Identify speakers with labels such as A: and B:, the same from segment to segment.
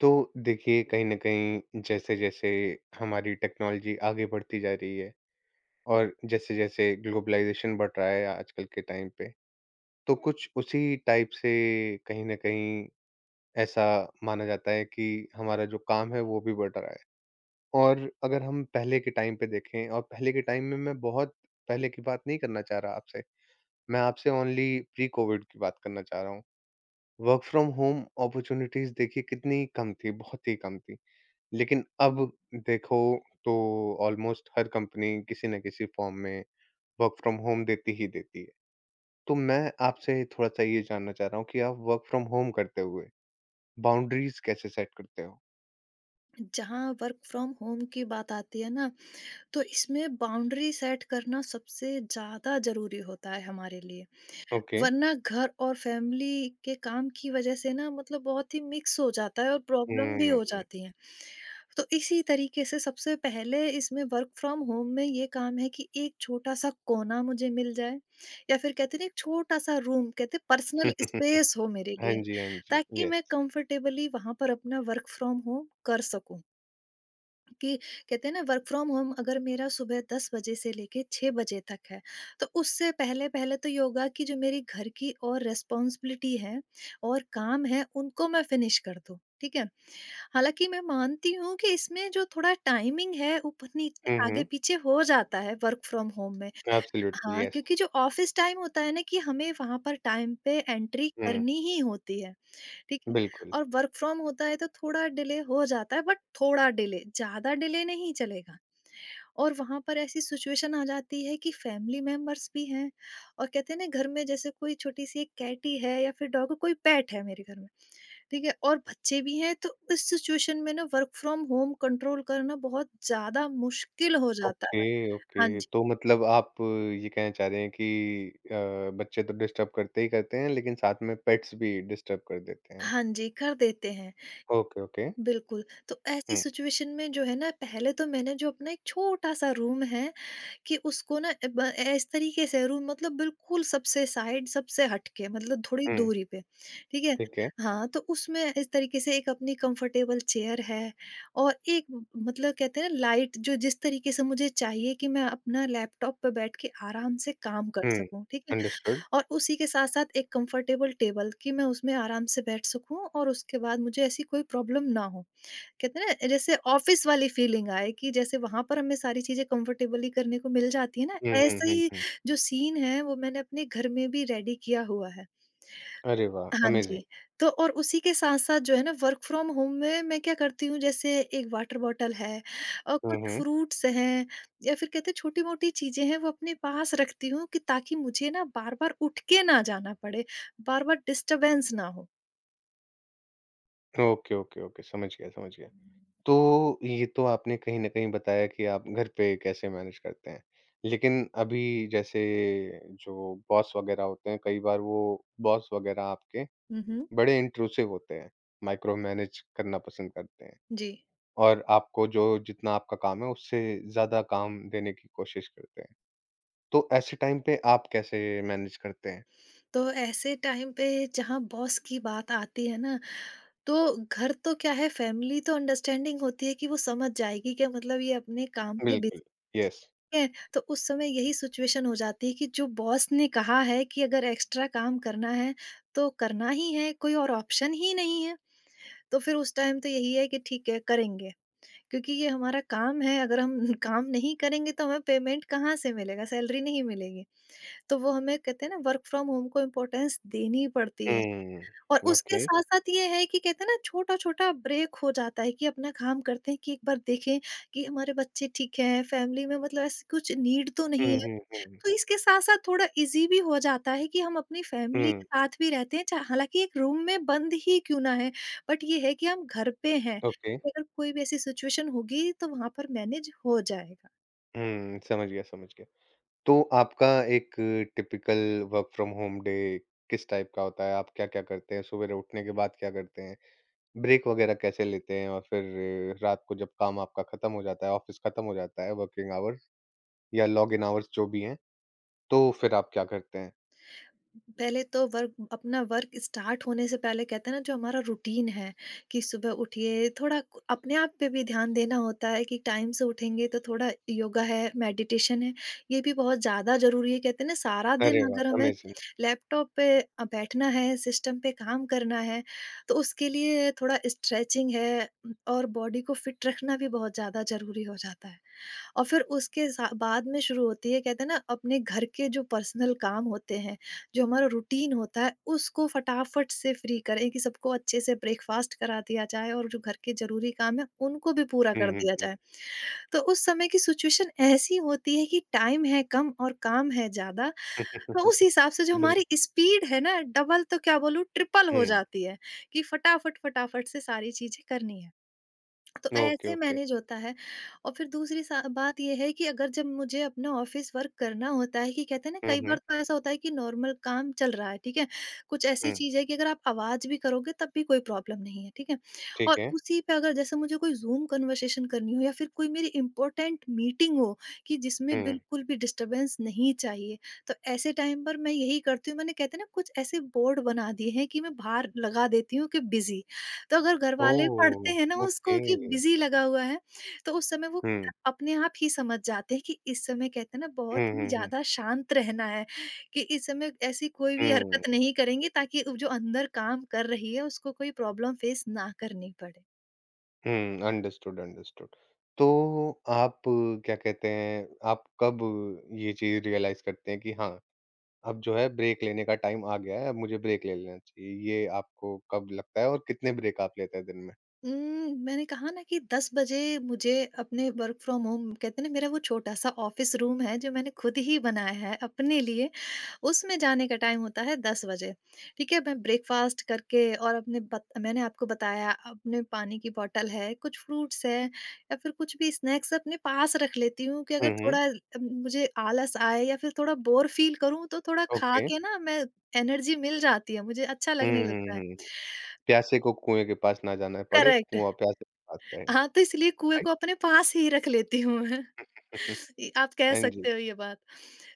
A: तो देखिए कहीं न कहीं जैसे-जैसे हमारी टेक्नोलॉजी आगे बढ़ती जा रही है और जैसे-जैसे ग्लोबलाइज़ेशन बढ़ रहा है आजकल के टाइम पे, तो कुछ उसी टाइप से कहीं न कहीं ऐसा माना जाता है कि हमारा जो काम है वो भी बढ़ रहा है। और अगर हम पहले के टाइम पे देखें और पहले के टाइम में मैं बहुत पहले की बात नहीं करना चाह रहा आपसे, मैं आपसे ओनली प्री कोविड की बात करना चाह रहा हूँ। वर्क फ्रॉम होम अपॉर्च्युनिटीज़ देखिए कितनी कम थी, बहुत ही कम थी। लेकिन अब देखो तो ऑलमोस्ट हर कंपनी किसी न किसी फॉर्म में वर्क फ्रॉम होम देती ही देती है। तो मैं आपसे थोड़ा-सा ये जानना चाह रहा हूँ कि आप वर्क फ्रॉम होम करते हुए बाउंड्रीज़ कैसे सेट करते हो?
B: जहाँ वर्क फ्रॉम होम की बात आती है ना तो इसमें बाउंड्री सेट करना सबसे ज्यादा जरूरी होता है हमारे लिए।
A: ओके।
B: वरना घर और फैमिली के काम की वजह से ना मतलब बहुत ही मिक्स हो जाता है और प्रॉब्लम भी हो
A: हुँ।
B: जाती है। तो इसी तरीके से सबसे पहले इसमें वर्क फ्रॉम होम में ये काम है कि एक छोटा सा कोना मुझे मिल जाए या फिर कहते हैं ना एक छोटा सा रूम कहते हैं पर्सनल स्पेस हो मेरे
A: हाँ
B: लिए,
A: जी, हाँ जी।
B: ताकि मैं
A: येस।
B: कंफर्टेबली वहां पर अपना वर्क फ्रॉम होम कर सकूं। कि कहते हैं ना वर्क फ्रॉम होम अगर मेरा सुबह 10 बजे से लेके 6 बजे तक है, तो उससे पहले-पहले तो योगा की जो मेरी घर की और रिस्पॉन्सिबिलिटी है और काम है, उनको मैं फिनिश कर दूँ, ठीक है? हालाँकि मैं मानती हूँ कि इसमें जो थोड़ा टाइमिंग है, ऊपर-नीचे,
A: हुँ, हुँ।
B: आगे-पीछे हो जाता है वर्क फ्रॉम होम में।
A: एब्सोल्युटली
B: हाँ,
A: येस।
B: क्योंकि जो ऑफ़िस टाइम होता है ना कि हमें वहाँ पर टाइम पे एंट्री
A: हुँ,
B: करनी ही होती है। ठीक है?
A: बिल्कुल।
B: और वर्क फ्रॉम होता है तो थोड़ा डिले हो जाता है, बट थोड़ा डिले, ज़्यादा डिले नहीं चलेगा। और वहाँ पर ऐसी सिचुएशन आ जाती है कि फैमिली मेंबर्स भी हैं, और कहते हैं ना घर में जैसे कोई छोटी-सी एक कैटी है या फिर डॉग कोई पेट है मेरे घर में, ठीक है? और बच्चे भी हैं, तो इस सिचुएशन में ना वर्क फ्रॉम होम कंट्रोल करना बहुत ज़्यादा मुश्किल हो जाता है।
A: ओके,
B: हाँ
A: ओके।
B: जी।
A: तो मतलब आप ये कहना चाह रहे हैं कि बच्चे तो डिस्टर्ब करते ही करते हैं लेकिन साथ में पेट्स भी डिस्टर्ब कर देते हैं।
B: हाँ जी, कर देते हैं।
A: Okay, okay.
B: बिल्कुल, तो ऐसी
A: हुँ,
B: सिचुएशन में जो है ना पहले तो मैंने जो अपना एक छोटा-सा रूम है कि उसको ना अ, ब ए इस तरीके से रूम मतलब बिल्कुल सबसे साइड, सबसे हट के मतलब थोड़ी
A: हुँ।
B: दूरी पे, ठीक है?
A: ठीक है।
B: हाँ, तो उसमें इस तरीके से एक अपनी कंफर्टेबल चेयर है, और एक म मतलब कहते हैं लाइट जो जिस तरीके से मुझे चाहिए कि मैं अपना लैपटॉप पे बैठ के आराम से काम कर
A: हुँ,
B: सकूँ, ठीक है?
A: अंडरस्टूड।
B: और उसी के साथ-साथ एक कंफर्टेबल टेबल कि मैं उसमें आराम से बैठ सकूँ और उसके बाद मुझे ऐसी कोई प्रॉब्लम ना हो। कहते हैं ना जैसे ऑफिस वाली फीलिंग आए कि जैसे वहां पर हमें सारी चीजें कंफर्टेबली करने को मिल जाती है ना
A: हुँ, हुँ,
B: ऐसा
A: हुँ,
B: ही
A: हुँ।
B: जो सीन है वो मैंने अपने घर में भी रेडी किया हुआ है।
A: अरे वाह!
B: हाँ
A: अमेज़िंग।
B: जी। तो और उसी के साथ साथ जो है ना वर्क फ्रॉम होम में मैं क्या करती हूँ, जैसे एक वाटर बॉटल है और
A: हुँ,
B: कुछ
A: हुँ।
B: फ्रूट्स हैं, या फिर कहते हैं छोटी मोटी चीजें हैं वो अपने पास रखती हूँ कि ताकि मुझे ना बार बार उठ के ना जाना पड़े, बार बार डिस्टरबेंस ना हो।
A: ओके, ओके, ओके, समझ गया, समझ गया। तो ये तो आपने कहीं न कहीं बताया कि आप घर पे कैसे मैनेज करते हैं। लेकिन अभी जैसे जो बॉस वग़ैरह होते हैं, कई बार वो बॉस वग़ैरह आपके
B: हम्म।
A: बड़े इंट्रूसिव होते हैं, माइक्रो मैनेज करना पसंद करते हैं
B: जी।
A: और आपको जो जितना आपका काम है, उससे ज़्यादा काम देने की कोशिश करते हैं। तो ऐसे टाइम पे आप कैसे मैनेज करते हैं?
B: तो ऐसे टाइम पे जहाँ बॉस की बात आती है ना, तो घर तो क्या है फैमिली तो अंडरस्टैंडिंग होती है कि वो समझ जाएगी कि मतलब ये अपने काम में
A: बिल्कुल।
B: Busy
A: yes.
B: है, तो उस समय यही सिचुएशन हो जाती है कि जो बॉस ने कहा है कि अगर एक्स्ट्रा काम करना है, तो करना ही है, कोई और ऑप्शन ही नहीं है। तो फिर उस टाइम तो यही है कि ठीक है करेंगे, क्योंकि ये हमारा काम है, अगर हम काम नहीं करेंगे तो हमें पेमेंट कहाँ से मिलेगा, सैलरी नहीं मिलेगी। तो वो हमें कहते हैं ना वर्क फ्रॉम होम को इम्पोर्टेंस देनी पड़ती है।
A: हुँ,
B: और उसके
A: ओके।
B: साथ-साथ ये है कि कहते हैं ना छोटा-छोटा ब्रेक हो जाता है कि अपना काम करते हैं कि एक बार देखें कि हमारे बच्चे ठीक हैं, फैमिली में मतलब ऐसी कुछ नीड तो नहीं
A: हुँ,
B: है।
A: हुँ, हुँ,
B: तो इसके साथ-साथ थोड़ा ईज़ी भी हो जाता है कि हम अपनी फैमिली के
A: हुँ,
B: साथ भी रहते हैं चा हालाँकि एक रूम में बंद ही क्यों ना है, बट ये है कि हम घर पे हैं।
A: ओके।
B: अगर कोई भी ऐसी सिचुएशन होगी तो वहाँ पर मैनेज हो जाएगा।
A: हुँ, समझ गया, समझ गया। तो आपका एक typical work from home day किस टाइप का होता है? आप क्या-क्या करते हैं? सुबेरे उठने के बाद क्या करते हैं? ब्रेक वगैरह कैसे लेते हैं? और फिर रात को जब काम आपका खत्म हो जाता है, ऑफ़िस खत्म हो जाता है, वर्किंग आवर्स या लॉग इन आवर्स जो भी हैं, तो फिर आप क्या करते हैं?
B: पहले तो वर्क अपना वर्क स्टार्ट होने से पहले कहते हैं ना जो हमारा रूटीन है कि सुबह उठिए थोड़ा अपने आप पे भी ध्यान देना होता है कि टाइम से उठेंगे तो थोड़ा योगा है मेडिटेशन है, ये भी बहुत ज़्यादा ज़रूरी है। कहते हैं ना सारा दिन
A: अरे वाह!
B: अगर हमें
A: अमेज़िंग।
B: लैपटॉप पे बैठना है सिस्टम पे काम करना है, तो उसके लिए थोड़ा स्ट्रेचिंग है और बॉडी को फिट रखना भी बहुत ज़्यादा ज़रूरी हो जाता है। और फिर उसके सा बाद में शुरू होती है कहते हैं ना अपने घर के जो पर्सनल काम होते हैं, जो हमारा रूटीन होता है उसको फटाफट से फ्री करें कि सबको अच्छे से ब्रेकफ़ास्ट करा दिया जाए और जो घर के ज़रूरी काम है उनको भी पूरा
A: हुँ,
B: कर
A: हुँ,
B: दिया
A: हुँ।
B: जाए। तो उस समय की सिचुएशन ऐसी होती है कि टाइम है कम और काम है ज़्यादा, तो उस हिसाब से जो
A: बिल
B: हमारी स्पीड है ना डबल तो क्या बोलूँ ट्रिपल हो
A: हुँ,
B: जाती है कि फटाफट, फटाफट से सारी चीज़ें करनी है। तो
A: ओके,
B: ऐसे
A: ओके।
B: मैनेज होता है। और फिर दूसरी सा बात ये है कि अगर जब मुझे अपना ऑफिस वर्क करना होता है कि कहते हैं ना
A: हुँ,
B: कई
A: हुँ,
B: बार तो ऐसा होता है कि नॉर्मल काम चल रहा है ठीक है, कुछ ऐसी
A: हुँ,
B: चीज़ है कि अगर आप आवाज़ भी करोगे तब भी कोई प्रॉब्लम नहीं है, ठीक है।
A: ठीक
B: और
A: है।
B: उसी पे अगर जैसे मुझे कोई जूम कन्वर्सेशन करनी हो या फिर कोई मेरी इंपॉर्टेंट मीटिंग हो कि जिसमें
A: हुँ,
B: बिल्कुल भी डिस्टर्बेंस नहीं चाहिए, तो ऐसे टाइम पर मैं यही करती हूँ, मैंने कहते हैं ना कुछ ऐसे बोर्ड बना दिए हैं कि मैं बाहर लगा देती हूँ कि बिजी। तो अगर घर वाले
A: ओह!
B: पढ़ते हैं ना उसको
A: ओके।
B: कि बिज़ी लगा हुआ है, तो उस समय वो
A: हुँ।
B: अपने आप ही समझ जाते हैं कि इस समय कहते हैं ना बहुत
A: हुँ,
B: ही
A: हुँ, हुँ।
B: ज़्यादा शांत रहना है, कि इस समय ऐसी कोई भी
A: हुँ,
B: हरकत नहीं करेंगे ताकि वो जो अंदर काम कर रही है उसको कोई प्रॉब्लम फेस ना करनी पड़े।
A: हुँ, अंडरस्टूड, अंडरस्टूड। तो आप क्या कहते हैं, आप कब ये चीज़ रियलाइज़ करते हैं कि हाँ, अब जो है ब्रेक लेने का टाइम आ गया है, अब मुझे ब्रेक ले लेना चाहिए? ये आपको कब लगता है और कितने ब्रेक आप लेते हैं दिन में?
B: उम, मैंने कहा ना कि 10 बजे मुझे अपने वर्क फ्रॉम होम कहते हैं ना मेरा वो छोटा-सा ऑफ़िस रूम है जो मैंने खुद ही बनाया है अपने लिए, उसमें जाने का टाइम होता है 10 बजे, ठीक है? मैं ब्रेकफ़ास्ट करके और अपने बत मैंने आपको बताया अपने पानी की बॉटल है, कुछ फ्रूट्स हैं या फिर कुछ भी स्नैक्स अपने पास रख लेती हूँ कि
A: हुँ,
B: अगर
A: हुँ।
B: थोड़ा मुझे आलस आए या फिर थोड़ा बोर फ़ील करूँ तो थोड़ा खा
A: ओके।
B: के ना मैं एनर्जी मिल जाती है, मुझे अच्छा
A: हुँ,
B: लगने
A: हुँ,
B: लगता है।
A: हुँ। प्यासे को कुएँ के पास ना जाना पड़े,
B: करेक्ट।
A: कुआँ प्यासे के पास रहे,
B: हाँ, तो इसलिए कुएँ
A: राइट?
B: को अपने पास ही रख लेती हूँ मैं। ये आप कह
A: हाँ जी।
B: सकते हो ये बात।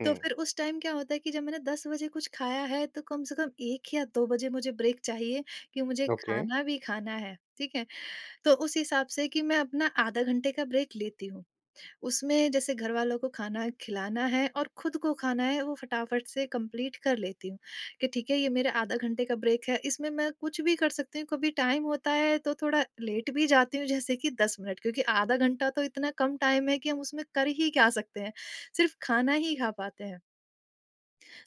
A: हुँ,
B: तो फिर उस टाइम क्या होता है कि जब मैंने 10 बजे कुछ खाया है तो कम से कम 1 या 2 बजे मुझे ब्रेक चाहिए कि मुझे
A: ओके।
B: खाना भी खाना है, ठीक है? तो उस हिसाब से कि मैं अपना आधा घंटे का ब्रेक लेती हूँ। उसमें जैसे घरवालों को खाना खिलाना है और खुद को खाना है वो फटाफट से कंप्लीट कर लेती हूँ कि ठीक है ये मेरा आधा घंटे का ब्रेक है, इसमें मैं कुछ भी कर सकती हूँ, कभी टाइम होता है तो थोड़ा लेट भी जाती हूँ जैसे कि 10 मिनट, क्योंकि आधा घंटा तो इतना कम टाइम है कि हम उसमें कर ही क्या सकते हैं, सिर्फ खाना ही खा पाते हैं।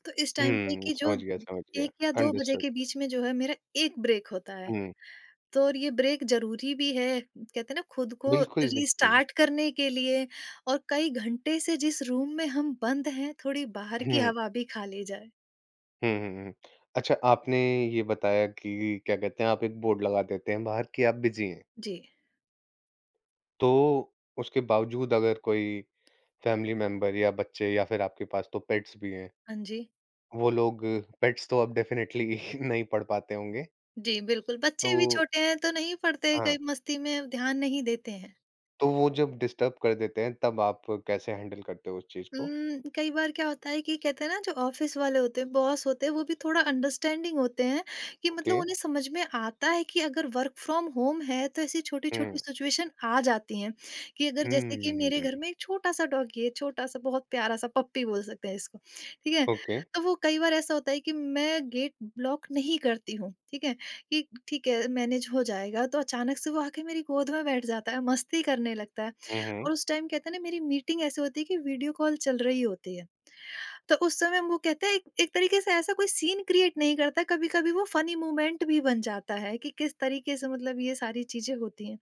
B: तो इस टाइम पे
A: हुँ,
B: कि जो
A: समझ गया, समझ गया।
B: एक या दो बजे
A: अंडरस्टूड।
B: के बीच में जो है मेरा एक ब्रेक होता है,
A: हुँ,
B: तो और ये ब्रेक ज़रूरी भी है। कहते हैं ना खुद को
A: बिल्कुल, बिल्कुल।
B: रीस्टार्ट करने के लिए और कई घंटे से जिस रूम में हम बंद हैं, थोड़ी बाहर की
A: हुँ।
B: हवा भी खा ली जाए।
A: हुँ, हुँ, हुँ। अच्छा आपने ये बताया कि क्या कहते हैं आप एक बोर्ड लगा देते हैं बाहर कि आप बिज़ी हैं।
B: जी।
A: तो उसके बावजूद अगर कोई फैमिली मेंबर या बच्चे या फिर आपके पास तो पेट्स भी हैं।
B: हाँ जी।
A: वो लोग पेट्स तो अब डेफ़िनेटली नहीं पढ़ पाते होंगे।
B: जी, बिल्कुल,
A: तो
B: बच्चे भी छोटे हैं तो नहीं पढ़ते,
A: हाँ,
B: कई मस्ती में ध्यान नहीं देते हैं।
A: तो वो जब डिस्टर्ब कर देते हैं तब आप कैसे हैंडल करते हो उस चीज़ को?
B: कई बार क्या होता है कि कहते हैं ना जो ऑफिस वाले होते हैं, बॉस होते हैं, वो भी थोड़ा अंडरस्टैंडिंग होते हैं, कि
A: ओके।
B: मतलब उन्हें समझ में आता है कि अगर वर्क फ्रॉम होम है तो ऐसी
A: हुँ।
B: छोटी-छोटी सिचुएशन आ जाती हैं कि अगर जैसे कि मेरे घर
A: हुँ।
B: में एक छोटा-सा डॉगी है, छोटा-सा बहुत प्यारा-सा पप्पी बोल सकते हैं इसको, ठीक है?
A: ओके।
B: तो वो कई बार ऐसा होता है कि मैं गेट ब्लॉक नहीं करती हूँ, ठीक है? कि ठीक है, मैनेज हो जाएगा। तो अचानक से वो आके मेरी गोद में बैठ जाता है, मस्ती करने लगता है।
A: हुँ, हुँ।
B: और उस टाइम कहते हैं ना, मेरी मीटिंग ऐसे होती है कि वीडियो कॉल चल रही होती है। तो उस समय वो कहते हैं, एक एक तरीके से ऐसा कोई सीन क्रिएट नहीं करता, कभी-कभी वो फनी मोमेंट भी बन जाता है कि किस तरीके से मतलब ये सारी चीज़ें होती हैं।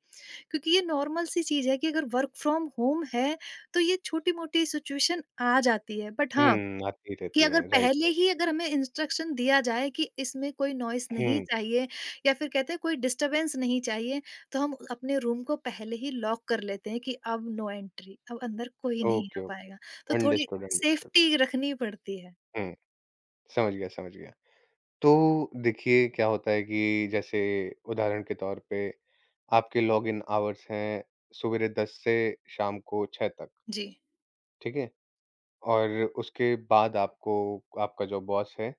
B: क्योंकि ये नॉर्मल सी चीज़ है कि अगर वर्क फ्रॉम होम है, तो ये छोटी-मोटी सिचुएशन आ जाती है। बट हाँ,
A: हुँ, आती
B: कि
A: रहती
B: अगर
A: हैं। राइट,
B: पहले ही
A: राइट।
B: अगर हमें इंस्ट्रक्शन दिया जाए कि इसमें कोई नॉइज़ नहीं
A: हुँ।
B: चाहिए या फिर कहते हैं कोई डिस्टर्बेंस नहीं चाहिए, तो हम अपने रूम को पहले ही लॉक कर लेते हैं कि अब नो एंट्री, अब अंदर कोई नहीं
A: ओके,
B: आ पाएगा।
A: ओके।
B: तो थोड़ी
A: अंडरस्टूड, अंडरस्टूड।
B: सेफ्टी रखनी पड़ती है।
A: हुँ, समझ गया, समझ गया। तो देखिए क्या होता है कि जैसे उदाहरण के तौर पे आपके लॉगिन आवर्स हैं सवेरे 10 से शाम को 6 तक,
B: जी।
A: ठीक है? और उसके बाद आपको आपका जो बॉस है,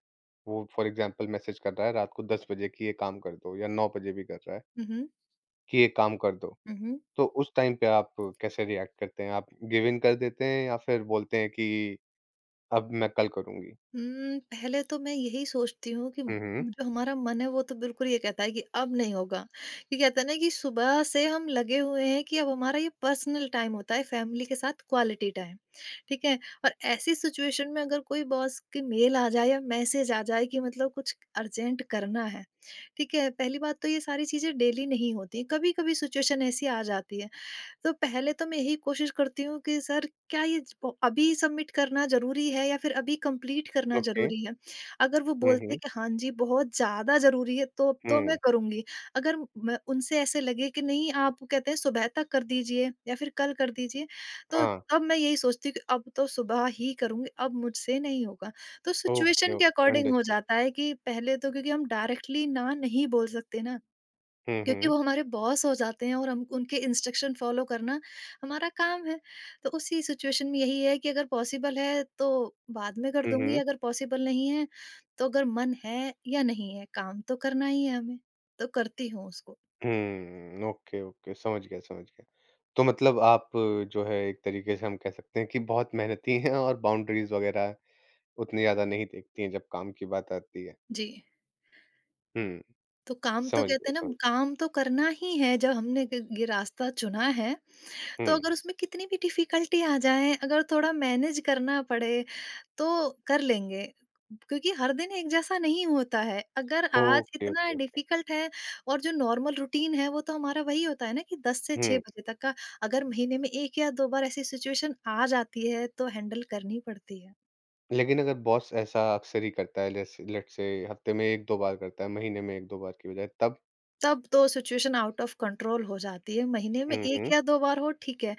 A: वो फॉर एग्ज़ाम्पल मैसेज कर रहा है रात को 10 बजे कि ये काम कर दो या 9 बजे भी कर रहा है
B: हुँ, हुँ।
A: कि ये काम कर दो।
B: हुँ, हुँ।
A: तो उस टाइम पे आप कैसे रिएक्ट करते हैं? आप गिव इन कर देते हैं या फिर बोलते हैं कि अब मैं कल करूँगी?
B: हुँ, पहले तो मैं यही सोचती हूँ कि
A: हुँ, हुँ।
B: जो हमारा मन है वो तो बिल्कुल ये कहता है कि अब नहीं होगा। ये कहते हैं ना कि सुबह से हम लगे हुए हैं, कि अब हमारा ये पर्सनल टाइम होता है, फैमिली के साथ क्वालिटी टाइम, ठीक है? और ऐसी सिचुएशन में अगर कोई बॉस की मेल आ जाए या मैसेज आ जाए कि मतलब कुछ अर्जेंट करना है, ठीक है? पहली बात तो ये सारी चीज़ें डेली नहीं होती हैं, कभी-कभी सिचुएशन ऐसी आ जाती है। तो पहले तो मैं यही कोशिश करती हूँ कि सर, क्या ये वो अभी सबमिट करना जरूरी है या फिर अभी कंप्लीट करना
A: ओके।
B: जरूरी है? अगर वो
A: हुँ,
B: बोलते
A: हुँ।
B: हैं कि हाँ जी बहुत ज्यादा जरूरी है, तो मैं
A: हुँ।
B: करूंगी। अगर मैं उनसे ऐसे लगे कि नहीं, आप कहते हैं सुबह तक कर दीजिए या फिर कल कर दीजिए, तो
A: हाँ।
B: तब मैं यही सोचती हूँ कि अब तो सुबह ही करूंगी, अब मुझसे नहीं होगा। तो
A: ओके,
B: सिचुएशन के
A: ओके।
B: अकॉर्डिंग हो
A: अंडरस्टूड।
B: जाता है कि पहले तो, क्योंकि हम डायरेक्टली ना नहीं बोल सकते ना,
A: हुँ,
B: क्योंकि
A: हुँ।
B: वो हमारे बॉस हो जाते हैं और हम उनके इंस्ट्रक्शन फॉलो करना हमारा काम है। तो उसी सिचुएशन में यही है कि अगर पॉसिबल है तो बाद में कर
A: हुँ,
B: दूँगी,
A: हुँ।
B: अगर पॉसिबल नहीं है, तो अगर मन है या नहीं है, काम तो करना ही है हमें, तो करती हूँ उसको।
A: हुँ, ओके, ओके, समझ गया, समझ गया। तो मतलब आप जो है एक तरीके से हम कह सकते हैं कि बहुत मेहनती हैं और बाउंड्रीज़ वग़ैरह उतनी ज़्यादा नहीं देखती हैं जब काम की बात आती है।
B: जी।
A: हुँ,
B: तो काम तो,
A: समझ गया,
B: कहते हैं ना,
A: समझ गया।
B: काम तो करना ही है। जब हमने ग ये रास्ता चुना है,
A: हुँ,
B: तो अगर उसमें कितनी भी डिफिकल्टी आ जाए, अगर थोड़ा मैनेज करना पड़े तो कर लेंगे। क्योंकि हर दिन एक जैसा नहीं होता है। अगर आज
A: ओके, ओके,
B: इतना
A: ओके।
B: डिफ़िकल्ट है, और जो नॉर्मल रूटीन है वो तो हमारा वही होता है ना कि 10 से 6
A: हुँ,
B: बजे तक का। अगर महीने में 1 या 2 बार ऐसी सिचुएशन आ जाती है तो हैंडल करनी पड़ती है।
A: लेकिन अगर बॉस ऐसा अक्सर ही करता है जैसे लेट्स से हफ़्ते में 1-2 बार करता है, महीने में 1-2 बार की बजाय तब?
B: तब तो सिचुएशन आउट ऑफ कंट्रोल हो जाती है। महीने में
A: हुँ,
B: 1
A: हुँ।
B: या 2 बार हो, ठीक है।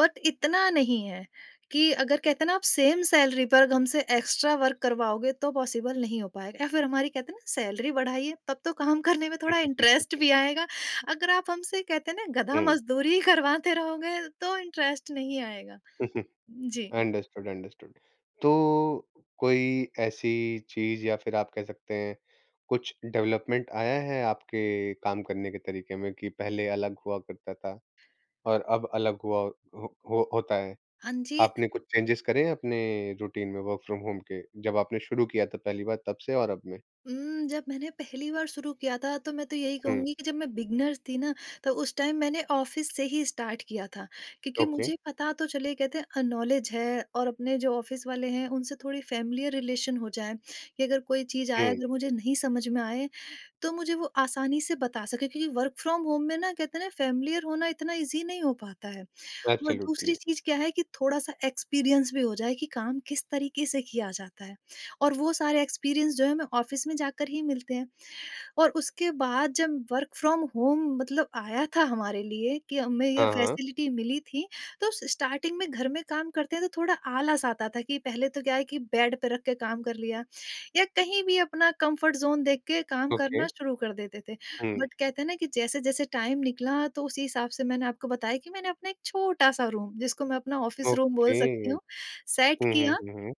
B: बट इतना नहीं है कि, अगर कहते हैं ना, आप सेम सैलरी पर हमसे एक्स्ट्रा वर्क करवाओगे तो पॉसिबल नहीं हो पाएगा, या फिर हमारी, कहते हैं ना, सैलरी बढ़ाइए, तब तो काम करने में थोड़ा इंटरेस्ट भी आएगा। अगर आप हमसे कहते हैं ना गधा
A: हुँ,
B: मजदूरी करवाते रहोगे, तो इंटरेस्ट नहीं आएगा।
A: हुँ।
B: जी।
A: Understood, understood. तो कोई ऐसी चीज़ या फिर आप कह सकते हैं कुछ डेवलपमेंट आया है आपके काम करने के तरीके में कि पहले अलग हुआ करता था और अब अलग हुआ हो होता है?
B: हाँ जी।
A: आपने कुछ चेंजेस करे हैं अपने रूटीन में वर्क फ्रॉम होम के? जब आपने शुरू किया था पहली बार तब से और अब में?
B: जब मैंने पहली बार शुरू किया था, तो मैं तो यही
A: हुँ,
B: कहूँगी कि जब मैं बिगिनर थी ना, तो उस टाइम मैंने ऑफ़िस से ही स्टार्ट किया था। क्योंकि
A: ओके।
B: मुझे पता तो चले, कहते हैं नॉलेज है, और अपने जो ऑफ़िस वाले हैं उनसे थोड़ी फ़ैमिलियर रिलेशन हो जाए कि अगर कोई चीज़ आए,
A: हुँ,
B: अगर मुझे नहीं समझ में आए, तो मुझे वो आसानी से बता सकें। क्योंकि वर्क फ्रॉम होम में ना, कहते हैं ना, फ़ैमिलियर होना इतना ईज़ी नहीं हो पाता है। और
A: एब्सोल्युटली।
B: दूसरी चीज़ क्या है कि थोड़ा-सा एक्सपीरियंस भी हो जाए कि काम किस तरीके से किया जाता है, और वो सारे एक्सपीरियंस जो है हमें ऑफ़िस में जाकर ही मिलते हैं। और उसके बाद जब वर्क फ्रॉम होम मतलब आया था हमारे लिए, कि हमें ये
A: हाँ, हाँ,
B: फैसिलिटी मिली थी, तो स्टार्टिंग में घर में काम करते हैं तो थोड़ा आलस आता था कि पहले तो क्या है कि बेड पे रख के काम कर लिया या कहीं भी अपना कंफर्ट ज़ोन देख के काम
A: ओके।
B: करना शुरू कर देते थे।
A: हुँ,
B: बट कहते हैं ना कि जैसे-जैसे टाइम निकला तो उसी हिसाब से मैंने आपको बताया कि मैंने अपना एक छोटा-सा रूम, जिसको मैं अपना ऑफिस रूम बोल
A: ओके।
B: सकती हूँ, सेट
A: हुँ, हुँ,
B: किया।
A: हुँ, हुँ।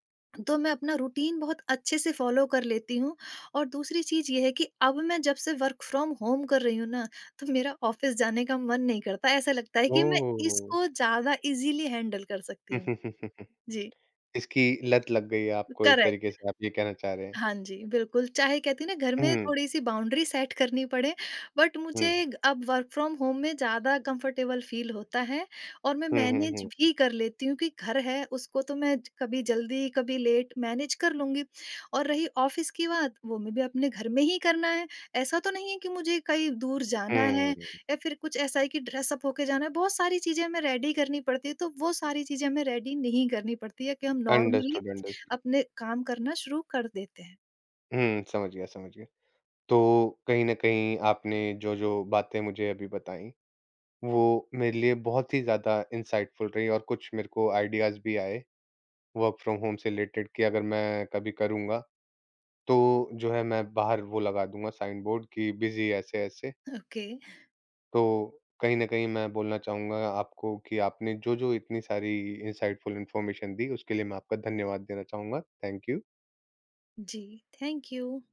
B: तो मैं अपना रूटीन बहुत अच्छे से फॉलो कर लेती हूँ। और दूसरी चीज़ ये है कि अब मैं जब से वर्क फ्रॉम होम कर रही हूँ ना, तो मेरा ऑफ़िस जाने का मन नहीं करता। ऐसा लगता है कि मैं
A: ओह!
B: इसको ज़्यादा ईज़िली हैंडल कर सकती हूँ। जी।
A: इसकी लत लग गई है आपको एक तरीके
B: करेक्ट।
A: से, आप ये कहना चाह रहे हैं।
B: हाँ जी, बिल्कुल, चाहे कहती हैं ना, घर में
A: हुँ,
B: थोड़ी-सी बाउंड्री सेट करनी पड़े, बट मुझे
A: हुँ,
B: अब वर्क फ्रॉम होम में ज़्यादा कंफर्टेबल फ़ील होता है, और मैं
A: हुँ, हुँ,
B: मैनेज
A: हुँ,
B: भी कर लेती हूँ कि घर है, उसको तो मैं कभी जल्दी, कभी लेट मैनेज कर लूँगी। और रही ऑफ़िस की बात, वो मैं भी अपने घर में ही करना है। ऐसा तो नहीं है कि मुझे कहीं दूर जाना है
A: हुँ।
B: या फिर कुछ ऐसा है कि ड्रेस अप होके जाना है, बहुत सारी चीज़ें हमें रेडी करनी पड़ती है, तो वो सारी चीज़ें हमें रेडी नहीं करनी पड़ती है कि हम नॉर्मली
A: अंडरस्टूड, अंडरस्टूड।
B: अपने काम करना शुरू कर देते हैं।
A: हुँ, समझ गया, समझ गया। तो कहीं न कहीं आपने जो-जो बातें मुझे अभी बताई, वो मेरे लिए बहुत ही ज़्यादा इंसाइटफुल रही और कुछ मेरे को आइडियाज़ भी आए, वर्क फ्रॉम होम से रिलेटेड कि अगर मैं कभी करूँगा, तो जो है मैं बाहर वो लगा दूँगा साइन बोर्ड कि बिज़ी ऐसे-ऐसे।
B: Okay.
A: तो कहीं न कहीं मैं बोलना चाहूँगा आपको कि आपने जो-जो इतनी सारी इनसाइटफुल इन्फॉर्मेशन दी उसके लिए मैं आपका धन्यवाद देना चाहूँगा। Thank you.
B: Ji, thank you.